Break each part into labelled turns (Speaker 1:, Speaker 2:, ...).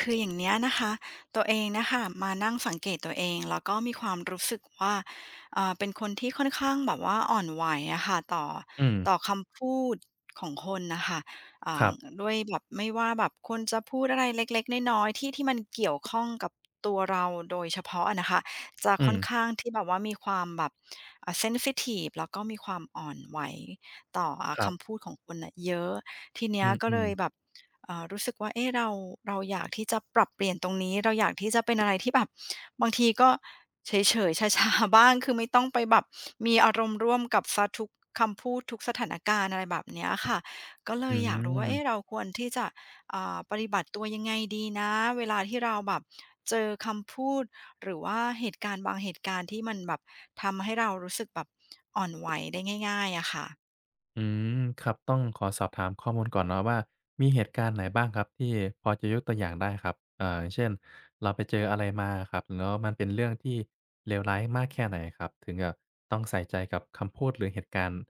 Speaker 1: คืออย่างเนี้ยนะคะตัวเองนะคะมานั่งสังเกตตัวเองแล้วก็มีความรู้สึกว่าเป็นคนที่ค่อนข้างแบบว่าอ่อนไหวอะค่ะต่อ
Speaker 2: อืม
Speaker 1: ต่อคำพูดของคนนะคะ
Speaker 2: ค
Speaker 1: อ่า
Speaker 2: รับ
Speaker 1: ด้วยแบบไม่ว่าแบบคนจะพูดอะไรเล็กๆน้อยๆที่มันเกี่ยวข้องกับตัวเราโดยเฉพาะอะนะคะจะ
Speaker 2: อื
Speaker 1: ค่อน
Speaker 2: ม
Speaker 1: ข้างที่แบบว่ามีความแบบเซนซิทีฟแล้วก็มีความอ่อนไหวต่อ
Speaker 2: ครับ
Speaker 1: คำพูดของคนน่ะเยอะทีเนี้
Speaker 2: อื
Speaker 1: ย
Speaker 2: ม
Speaker 1: ก็
Speaker 2: อื
Speaker 1: เล
Speaker 2: ม
Speaker 1: ยแบบ รู้สึกว่าเอ๊ะเราอยากที่จะปรับเปลี่ยนตรงนี้เราอยากที่จะเป็นอะไรที่แบบบางทีก็เฉยๆชาๆบ้างคือไม่ต้องไปแบบมีอารมณ์ร่วมกับเสียทุกคำพูดทุกสถานการณ์อะไรแบบเนี้ยค่ะก็เล
Speaker 2: อื
Speaker 1: ยอยากรู้ว่า
Speaker 2: ม
Speaker 1: เอ๊ะเราควรที่จะปฏิบัติตัวยังไงดีนะเวลาที่เราแบบเจอคำพูดหรือว่าเหตุการณ์บางเหตุการณ์ที่มันแบบทำให้เรารู้สึกแบบอ่อนไหวได้ง่ายๆอะค่ะ
Speaker 2: อืมครับ ต้องขอสอบถามข้อมูลก่อนเนาะว่ามีเหตุการณ์ไหนบ้างครับที่พอจะยกตัวอย่างได้ครับอย่างเช่นเราไปเจออะไรมาอะครับแล้วมันเป็นเรื่องที่เลวร้ายมากแค่ไหนครับ ถึงกับต้องใส่ใจกับคำพูดหรือเหตุการณ์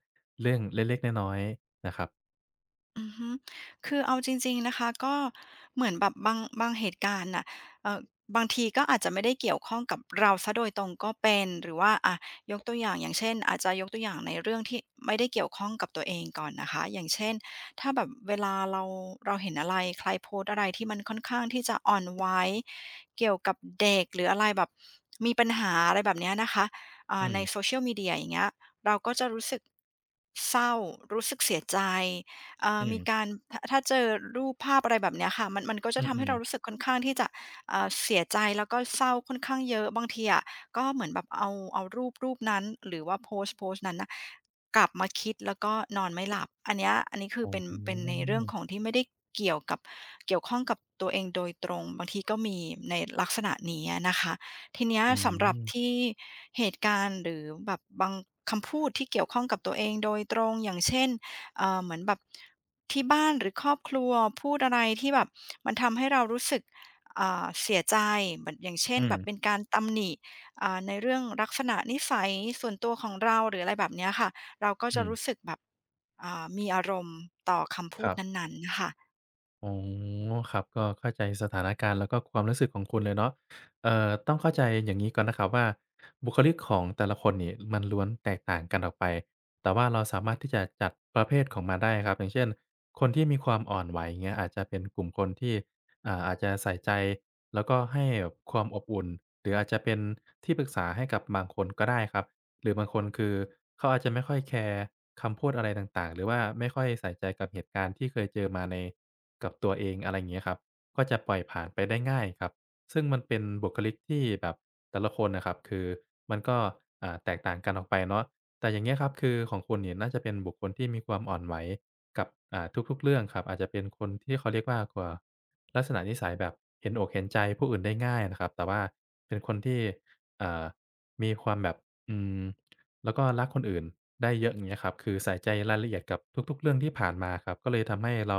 Speaker 2: เรื่องเล็กๆน้อยๆนะครับ
Speaker 1: อือฮึคือเอาจริงๆนะคะก็เหมือนแบบบางเหตุการณ์น่ะเอ่อบางทีก็อาจจะไม่ได้เกี่ยวข้องกับเราเสียโดยตรงก็เป็นหรือว่าอะยกตัวอย่างอย่างเช่นอาจจะยกตัวอย่างในเรื่องที่ไม่ได้เกี่ยวข้องกับตัวเองก่อนนะคะอย่างเช่นถ้าแบบเวลาเราเห็นอะไรใครโพสต์อะไรที่มันค่อนข้างที่จะอ่อนไหวเกี่ยวกับเด็กหรืออะไรแบบมีปัญหาอะไรแบบเนี้ยนะคะ
Speaker 2: อืม
Speaker 1: ใน Social Media อย่างเงี้ยเราก็จะรู้สึกเศร้ารู้สึกเสียใจ
Speaker 2: อืม
Speaker 1: มีการถ้าเจอรูปภาพอะไรแบบเนี้ยค่ะมันก็จะ
Speaker 2: อื
Speaker 1: ทำให้
Speaker 2: อ
Speaker 1: เรารู้
Speaker 2: ๆ
Speaker 1: สึกค่อนข้างที่จะเสียใจแล้วก็เศร้าค่อนข้างเยอะบางทีอะก็เหมือนแบบเอารูปนั้นหรือว่าโพสต์นั้นน่ะกลับมาคิดแล้วก็นอนไม่หลับอันเนี้ยอันนี้คือ
Speaker 2: อ๋อ
Speaker 1: เป็นในเรื่องของที่ไม่ได้เกี่ยวกับเกี่ยวข้องกับตัวเองโดยตรงบางทีก็มีในลักษณะนี้อะนะคะทีเนี้ย
Speaker 2: อื
Speaker 1: สำหรับ
Speaker 2: ม
Speaker 1: ที่เหตุการณ์หรือแบบบางคำพูดที่เกี่ยวข้องกับตัวเองโดยตรงอย่างเช่นเหมือนแบบ ที่บ้านหรือครอบครัวพูดอะไรที่แบบมันทำให้เรารู้สึกเสียใจแบบอย่างเช่น
Speaker 2: อื
Speaker 1: แบ
Speaker 2: ม
Speaker 1: บเป็นการตำหนิในเรื่องลักษณะนิสัยส่วนตัวของเราหรืออะไรแบบเนี้ยค่ะเราก็จะ
Speaker 2: อื
Speaker 1: รู้สึ
Speaker 2: ม
Speaker 1: กแบบมีอารมณ์ต่อคำพู
Speaker 2: ค
Speaker 1: ด
Speaker 2: รับ
Speaker 1: นั้นๆค่ะ
Speaker 2: อ๋อครับก็เข้าใจสถานการณ์แล้วก็ความรู้สึกของคุณเลยเนาะต้องเข้าใจอย่างงี้ก่อนนะครับว่าบุคลิกของแต่ละคนนี่มันล้วนแตกต่างกันออกไปแต่ว่าเราสามารถที่จะจัดประเภทของมันได้ครับอย่างเช่นคนที่มีความอ่อนไหวอย่างเงี้ยอาจจะเป็นกลุ่มคนที่อาจจะใส่ใจแล้วก็ให้แบบความอบอุ่นหรืออาจจะเป็นที่ปรึกษาให้กับบางคนก็ได้ครับ หรือบางคนคือเขาอาจจะไม่ค่อยแคร์คำพูดอะไรต่างๆหรือว่าไม่ค่อยใส่ใจกับเหตุการณ์ที่เคยเจอมาในกับตัวเองอะไรอย่างเงี้ยครับก็จะปล่อยผ่านไปได้ง่ายครับซึ่งมันเป็นบุคลิกที่แบบแต่ละคนน่ะครับคือมันก็แตกต่างกันออกไปเนาะแต่อย่างเงี้ยครับคือของคุณเนี่ยน่าจะเป็นบุคคลที่มีความอ่อนไหวกับทุกๆเรื่องครับอาจจะเป็นคนที่เขาเรียกว่ากว่าลักษณะนิสัยแบบเห็นอกเห็นใจผู้อื่นได้ง่ายนะครับแต่ว่าเป็นคนที่อ่ามีความแบบ อืมแล้วก็รักคนอื่นได้เยอะอย่างเงี้ยครับคือใส่ใจรายละเอียดกับทุกๆเรื่องที่ผ่านมาครับก็เลยทำให้เรา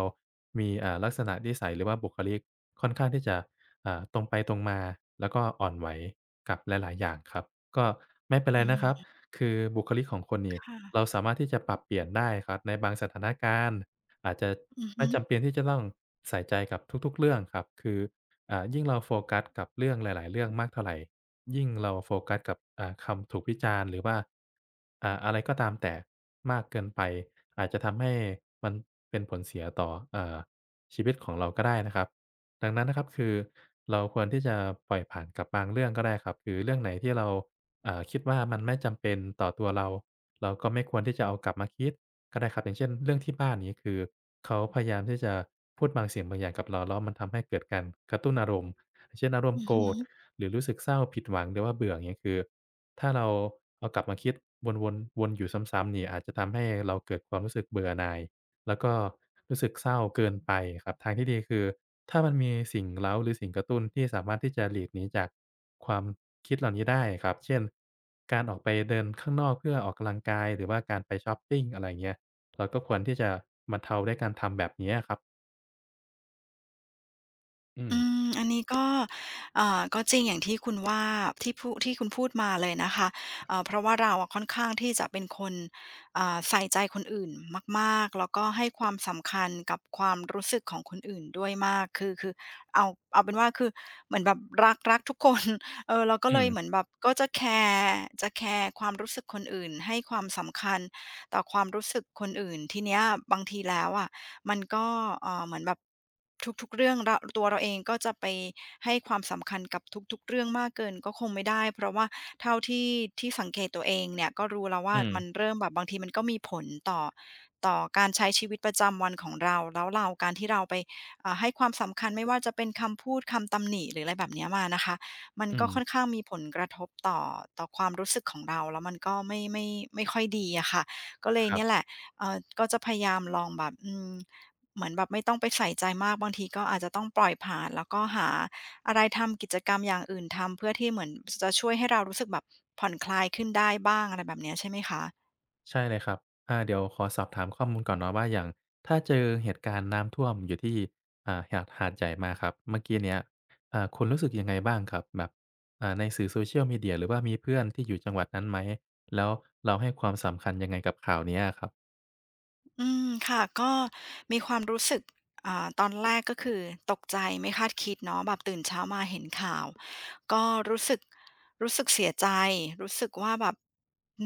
Speaker 2: มีลักษณะนิสัยหรือว่าบุคลิกค่อนข้างที่จะตรงไปตรงมาแล้วก็อ่อนไหวกับหลายๆอย่างครับก็ไม่เป็น
Speaker 1: อื
Speaker 2: ไรนะครับ
Speaker 1: ม
Speaker 2: คือบุคลิกของคนนี่เรา
Speaker 1: ค่ะ
Speaker 2: สามารถที่จะปรับเปลี่ยนได้ครับในบางสถานการณ์อาจจะ
Speaker 1: อือ
Speaker 2: ไม่
Speaker 1: ฮึ
Speaker 2: จำเป็นที่จะต้องใส่ใจกับทุกๆเรื่องครับคือ ยิ่งเราโฟกัสกับเรื่องหลายๆเรื่องมากเท่าไรยิ่งเราโฟกัสกับคำถูกวิจารณ์หรือว่าอะไรก็ตามแต่มากเกินไปอาจจะทำให้มันเป็นผลเสียต่ออ่าชีวิตของเราก็ได้นะครับดังนั้นนะครับคือเราควรที่จะปล่อยผ่านกับบางเรื่องก็ได้ครับคือเรื่องไหนที่เรา คิดว่ามันไม่จำเป็นต่อตัวเราเราก็ไม่ควรที่จะเอากลับมาคิดก็ได้ครับอย่างเช่นเรื่องที่บ้านอย่างงี้คือเขาพยายามที่จะพูดบางสิ่งบางอย่างกับเราแล้วมันทำให้เกิดการกระตุ้นอารมณ์อย่างเช่นอารม
Speaker 1: อื
Speaker 2: ณ์
Speaker 1: อ
Speaker 2: โก
Speaker 1: ฮึ
Speaker 2: รธหรือรู้สึกเศร้าผิดหวังหรือว่าเบื่ออย่างเงี้ยคือถ้าเราเอากลับมาคิดวนๆวนอยู่ซ้ำๆนี่อาจจะทำให้เราเกิดความรู้สึกเบื่อหน่าย แล้วก็รู้สึกเศร้าเกินไปครับทางที่ดีคือถ้ามันมีสิ่งเร้าหรือสิ่งกระตุ้นที่สามารถที่จะหลีกหนีจากความคิดเหล่านี้ได้ครับเช่นการออกไปเดินข้างนอกเพื่อออกกำลังกายหรือว่าการไปชอปปิงอะไรอย่างเงี้ยเราก็ควรที่จะบรรเทาด้วยการทำแบบเนี้ยครับอืม
Speaker 1: อืมอันนี้ก็ก็จริงอย่างที่คุณว่าที่คุณพูดมาเลยนะคะเพราะว่าเราอะค่อนข้างที่จะเป็นคนใส่ใจคนอื่นมากๆแล้วก็ให้ความสำคัญกับความรู้สึกของคนอื่นด้วยมากคือเอาเอาเป็นว่าคือเหมือนแบบรักทุกคน เออเราก็
Speaker 2: อื
Speaker 1: เล
Speaker 2: ม
Speaker 1: ยเหมือนแบบก็จะแคร์ความรู้สึกคนอื่นให้ความสำคัญต่อความรู้สึกคนอื่นทีเนี้ยบางทีแล้วอะ มันก็เหมือนแบบทุกๆเรื่องเราตัวเราเองก็จะไปให้ความสำคัญกับทุกๆเรื่องมากเกินก็คงไม่ได้เพราะว่าเท่าที่สังเกตตัวเองเนี่ยก็รู้แล้วว่า
Speaker 2: อืม
Speaker 1: มันเริ่มแบบบางทีมันก็มีผลต่อการใช้ชีวิตประจำวันของเราแล้วเราการที่เราไปให้ความสำคัญไม่ว่าจะเป็นคำพูดคำตำหนิหรืออะไรแบบเนี้ยมานะคะมัน
Speaker 2: อื
Speaker 1: ก็
Speaker 2: ม
Speaker 1: ค่อนข้างมีผลกระทบต่อความรู้สึกของเราแล้วมันก็ไม่ค่อยดีอะค่ะก็เล
Speaker 2: ค
Speaker 1: ย
Speaker 2: รั
Speaker 1: เนี่ยแหละ
Speaker 2: บ
Speaker 1: ก็จะพยายามลองแบบอืมเหมือนแบบไม่ต้องไปใส่ใจมากบางทีก็อาจจะต้องปล่อยผ่านแล้วก็หาอะไรทำกิจกรรมอย่างอื่นทำเพื่อที่เหมือนจะช่วยให้เรารู้สึกแบบผ่อนคลายขึ้นได้บ้างอะไรแบบเนี้ยใช่ไหมคะ
Speaker 2: ใช่เลยครับเดี๋ยวขอสอบถามข้อมูลก่อนเนาะว่าอย่างถ้าเจอเหตุการณ์น้ำท่วมอยู่ที่หาดใหญ่มาครับ เมื่อกี้เนี้ยคุณรู้สึกยังไงบ้างครับแบบในสื่อ Social Media หรือว่ามีเพื่อนที่อยู่จังหวัดนั้นไหม แล้วเราให้ความสำคัญยังไงกับข่าวเนี้ยอะครับ
Speaker 1: อืมค่ะก็มีความรู้สึกตอนแรกก็คือตกใจไม่คาดคิดเนาะแบบตื่นเช้ามาเห็นข่าวก็รู้สึกรู้สึกเสียใจรู้สึกว่าแบบ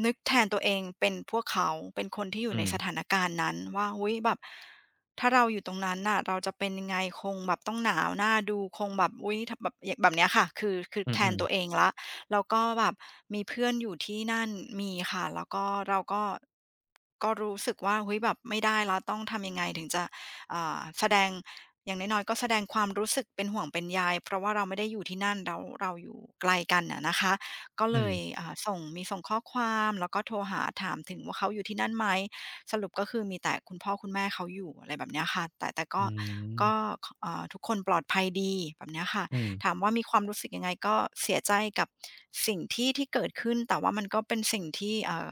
Speaker 1: นึกแทนตัวเองเป็นพวกเขาเป็นคนที่อยู่
Speaker 2: อื
Speaker 1: ใน
Speaker 2: ม
Speaker 1: สถานการณ์นั้นว่าอุ๊ยแบบถ้าเราอยู่ตรงนั้นน่ะเราจะเป็นยังไงคงแบบต้องหนาวน่าดูคงแบบอุ๊ยทแบบยแบบเนี้ยค่ะคือ
Speaker 2: อื
Speaker 1: แทน
Speaker 2: อ
Speaker 1: ตัว
Speaker 2: ๆ
Speaker 1: เองแล้ว แล้วก็แบบมีเพื่อนอยู่ที่นั่นมีค่ะแล้วก็เราก็รู้สึกว่าเฮ้ยแบบไม่ได้แล้วต้องทำยังไงถึงจะแสดงอย่างน้อยๆก็แสดงความรู้สึกเป็นห่วงเป็นใยเพราะว่าเราไม่ได้อยู่ที่นั่นแล้วเราอยู่ไกลกันอะนะคะก็
Speaker 2: อื
Speaker 1: เล
Speaker 2: ม
Speaker 1: ยส่งข้อความแล้วก็โทรหาถามถึงว่าเขาอยู่ที่นั่นไหมสรุปก็คือมีแต่คุณพ่อคุณแม่เขาอยู่อะไรแบบเนี้ยค่ะแต่ก็
Speaker 2: อืม
Speaker 1: ก็คอ่าทุกคนปลอดภัยดีแบบเนี้ยค่ะ
Speaker 2: อืม
Speaker 1: ถามว่ามีความรู้สึกยังไงก็เสียใจกับสิ่งที่เกิดขึ้นแต่ว่ามันก็เป็นสิ่งที่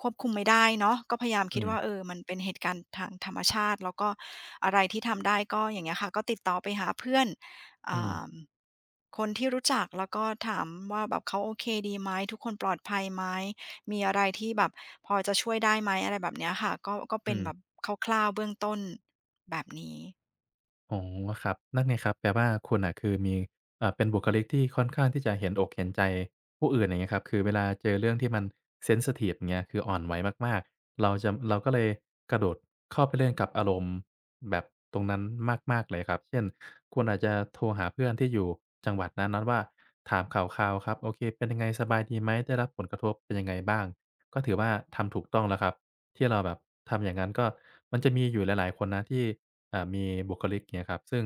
Speaker 1: ควบคุมไม่ได้เนาะก็พยายามคิ
Speaker 2: อื
Speaker 1: ดว่าเอ
Speaker 2: ม
Speaker 1: อมันเป็นเหตุการณ์ทางธรรมชาติแล้วก็อะไรที่ทำได้ก็อย่างเงี้ยค่ะก็ติดต่อไปหาเพื่อน
Speaker 2: อื
Speaker 1: อ่
Speaker 2: ม
Speaker 1: าคนที่รู้จักแล้วก็ถามว่าแบบเขาโอเคดีไหมทุกคนปลอดภัยไหมมีอะไรที่แบบพอจะช่วยได้ไหมอะไรแบบเนี้ยค่ะก็
Speaker 2: อื
Speaker 1: เป็นแบบ
Speaker 2: ม
Speaker 1: คร่าวๆเบื้องต้นแบบนี้
Speaker 2: อ๋อครับนั่นไงครับแปลว่าคุณอ่ะคือมีเป็นบุคลิกที่ค่อนข้างที่จะเห็นอกเห็นใจผู้อื่นอย่างเงี้ยครับคือเวลาเจอเรื่องที่มันเซนซิทิฟเงี้ยคืออ่อนไหวมากๆเราก็เลยกระโดดเข้าไปเล่นกับอารมณ์แบบตรงนั้นมากๆเลยครับเช่นคุณอาจจะโทรหาเพื่อนที่อยู่จังหวัดนั้นว่าถามข่าวคราวครับโอเคเป็นยังไงสบายดีไหมได้รับผลกระทบเป็นยังไงบ้างก็ถือว่าทำถูกต้องแล้วครับ ที่เราแบบทำอย่างนั้นก็มันจะมีอยู่หลายๆคนนะที่มีบุคลิกเงี้ยครับซึ่ง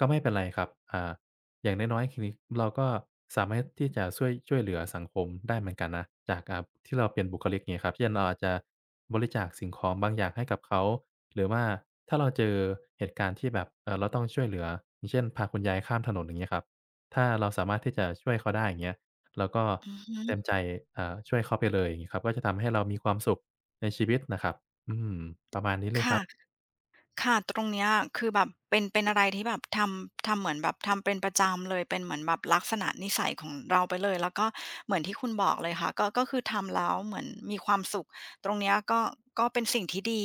Speaker 2: ก็ไม่เป็นไรครับอย่างน้อยๆคือเราก็สามารถที่จะช่วยเหลือสังคมได้เหมือนกันนะจากที่เราเป็นบุคลิกเงี้ยครับเช่นเราอาจจะบริจาคสิ่งของบางอย่างให้กับเขาหรือว่าถ้าเราเจอเหตุการณ์ที่แบบเราต้องช่วยเหลืออย่างเช่นพาคุณยายข้ามถนนอย่างเงี้ยครับถ้าเราสามารถที่จะช่วยเขาได้อย่างเงี้ยเราก็
Speaker 1: อือฮึ
Speaker 2: เต็มใจช่วยเขาไปเลยอย่างงี้ครับก็จะทำให้เรามีความสุข ในชีวิตนะครับ อืม ประมาณนี้เลยครั
Speaker 1: ค่ะ
Speaker 2: บ
Speaker 1: ค่ะตรงเนี้ยคือแบบเป็นอะไรที่แบบทำเหมือนแบบทำเป็นประจำเลยเป็นเหมือนแบบลักษณะนิสัยของเราไปเลยแล้วก็เหมือนที่คุณบอกเลยค่ะก็คือทำแล้วเหมือนมีความสุขตรงเนี้ยก็เป็นสิ่งที่ดี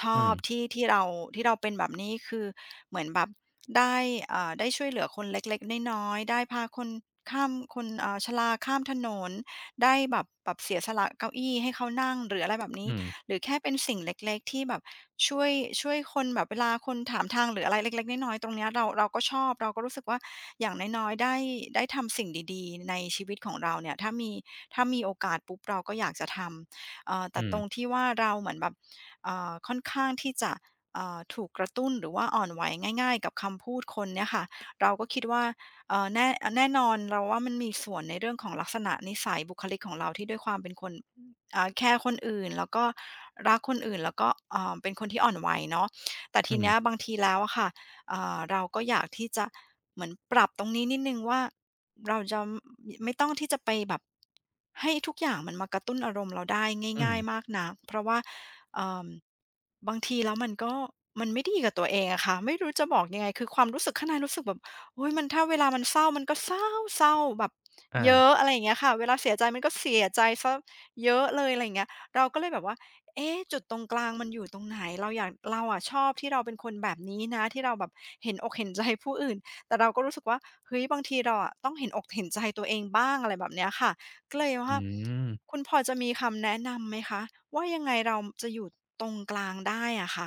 Speaker 1: ช
Speaker 2: อื
Speaker 1: อบ
Speaker 2: ม
Speaker 1: ที่เราที่เราเป็นแบบนี้คือเหมือนแบบได้ได้ช่วยเหลือคนเล็กๆน้อยๆได้พาคนข้ามคนชราข้ามถนนได้แบบเสียสละเก้าอี้ให้เขานั่งหรืออะไรแบบนี้
Speaker 2: อืม
Speaker 1: หรือแค่เป็นสิ่งเล็กๆที่แบบช่วยช่วยคนแบบเวลาคนถามทางหรืออะไรเล็กๆน้อยๆตรงเนี้ยเราก็ชอบเราก็รู้สึกว่าอย่างน้อยๆได้ทำสิ่งดีๆในชีวิตของเราเนี่ยถ้ามีโอกาสปุ๊บเราก็อยากจะทำแต่
Speaker 2: อืม
Speaker 1: ตรงที่ว่าเราเหมือนแบบค่อนข้างที่จะถูกกระตุ้นหรือว่าอ่อนไหวง่ายๆกับคำพูดคนเนี่ยค่ะเราก็คิดว่าเอ่อแน่แน่นอนเราว่ามันมีส่วนในเรื่องของลักษณะนิสัยบุคลิกของเราที่ด้วยความเป็นคน แคร์คนอื่นแล้วก็รักคนอื่นแล้วก็เป็นคนที่อ่อนไหวเนาะแต่ที
Speaker 2: อื
Speaker 1: เนี้ย
Speaker 2: ม
Speaker 1: บางทีแล้วอะค่ะเราก็อยากที่จะเหมือนปรับตรงนี้นิดนึงว่าเราจะไม่ต้องที่จะไปแบบให้ทุกอย่างมันมากระตุ้นอารมณ์เราได้
Speaker 2: อืม
Speaker 1: ง่ายๆมากนักเพราะว่าเอ่มบางทีแล้วมันก็มันไม่ดีกับตัวเองอะค่ะไม่รู้จะบอกยังไงคือความรู้สึกข้างในรู้สึกแบบโอ้ยมันถ้าเวลามันเศร้ามันก็เศร้าแบบ
Speaker 2: อา
Speaker 1: เยอะอะไรอย่างเงี้ยค่ะเวลาเสียใจมันก็เสียใจซะ เยอะเลยอะไรอย่างเงี้ยเราก็เลยแบบว่าเอ๊ะจุดตรงกลางมันอยู่ตรงไหนเราอยากเราอะชอบที่เราเป็นคนแบบนี้นะที่เราแบบเห็นอกเห็นใจผู้อื่นแต่เราก็รู้สึกว่าเฮ้ยบางทีเราอะต้องเห็นอกเห็นใจตัวเองบ้างอะไรแบบเนี้ยค่ะก็เลย
Speaker 2: อื
Speaker 1: ว่าคุ
Speaker 2: ม
Speaker 1: ณพอจะมีคำแนะนำไหมคะว่ายังไงเราจะอยู่ตรงกลางได้อะค่ะ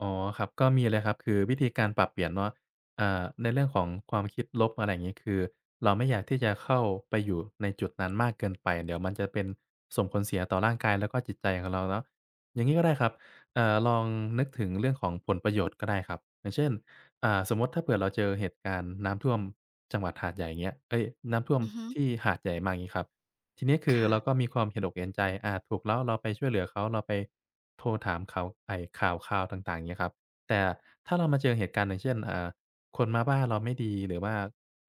Speaker 2: อ๋อครับก็มีเลยครับคือวิธีการปรับเปลี่ยนเนาะในเรื่องของความคิดลบอะไรอย่างงี้คือเราไม่อยากที่จะเข้าไปอยู่ในจุดนั้นมากเกินไปเดี๋ยวมันจะเป็นส่งผลเสียต่อร่างกายแล้วก็จิตใจของเราเนาะอย่างงี้ก็ได้ครับลองนึกถึงเรื่องของผลประโยชน์ก็ได้ครับอย่างเช่นสมมุติถ้าเผื่อเราเจอเหตุการณ์น้ำท่วมจังหวัดหาดใหญ่อย่างเงี้ยเอ๊ยน้ำท่วม
Speaker 1: อือฮึ
Speaker 2: ที่หาดใหญ่มาอย่างงี้ครับ ทีนี้คือ
Speaker 1: ค่ะ
Speaker 2: เราก็มีความเห็นอกเห็นใจอาถูกแล้วเราไปช่วยเหลือเขาเราไปโทรถามเขาไอ้ข่าวคราวต่างๆอย่างเงี้ยครับแต่ถ้าเรามาเจอเหตุการณ์อย่างเช่นคนมาว่าเราไม่ดีหรือว่า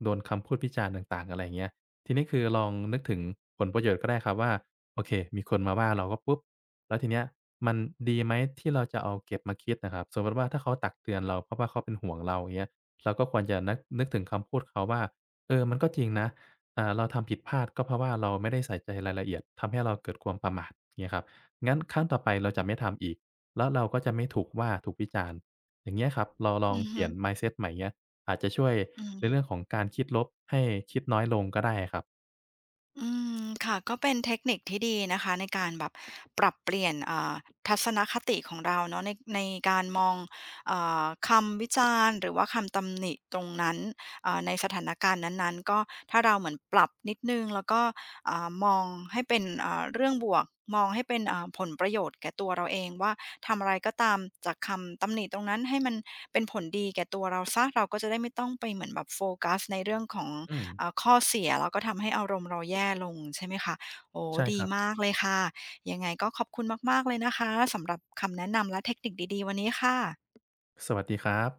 Speaker 2: โดนคำพูดวิจารณ์ต่างๆอะไรอย่างเงี้ยทีนี้คือลองนึกถึงผลประโยชน์ก็ได้ครับว่าโอเคมีคนมาว่าเราก็ปุ๊บแล้วทีเนี้ยมันดีไหมที่เราจะเอาเก็บมาคิดนะครับสมมุติว่าถ้าเขาตักเตือนเราเพราะว่าเขาเป็นห่วงเราอย่างเงี้ยเราก็ควรจะนักนึกถึงคำพูดเขาว่าเออมันก็จริงนะ เราทำผิดพลาดก็เพราะว่าเราไม่ได้ใส่ใจรายละเอียดทำให้เราเกิดความประมาทเงี้ยครับงั้นครั้งต่อไปเราจะไม่ทำอีกแล้วเราก็จะไม่ถูกว่าถูกวิจารณ์อย่างเงี้ยครับเราลอง
Speaker 1: อือ
Speaker 2: เป
Speaker 1: ฮึ
Speaker 2: ลี่ยน mindset ใหม่เงี้ยอาจจะช่วย
Speaker 1: อื
Speaker 2: ในเรื่
Speaker 1: ม
Speaker 2: องของการคิดลบให้คิดน้อยลงก็ได้อะครับ
Speaker 1: อืมค่ะก็เป็นเทคนิคที่ดีนะคะในการแบบปรับเปลี่ยนทัศนคติของเราเนาะในการมองคำวิจารณ์หรือว่าคำตำหนิตรงนั้นในสถานการณ์นั้นๆก็ถ้าเราเหมือนปรับนิดนึ่งแล้วก็มองให้เป็นเรื่องบวกมองให้เป็นผลประโยชน์แก่ตัวเราเองว่าทำอะไรก็ตามจากคำตำหนิตรงนั้นให้มันเป็นผลดีแก่ตัวเราซสีเราก็จะได้ไม่ต้องไปเหมือนแบบโฟกัสในเรื่องของ
Speaker 2: อืม
Speaker 1: ข้อเสียแล้วก็ทำให้อารมณ์เราแย่ลงใช่ไหมคะ โอ้
Speaker 2: ใช่ค
Speaker 1: ดี
Speaker 2: รับ
Speaker 1: มากเลยค่ะ ยังไงก็ขอบคุณมากๆเลยนะคะสำหรับคำแนะนำและเทคนิคดีๆวันนี้ค่ะ
Speaker 2: สวัสดีครับ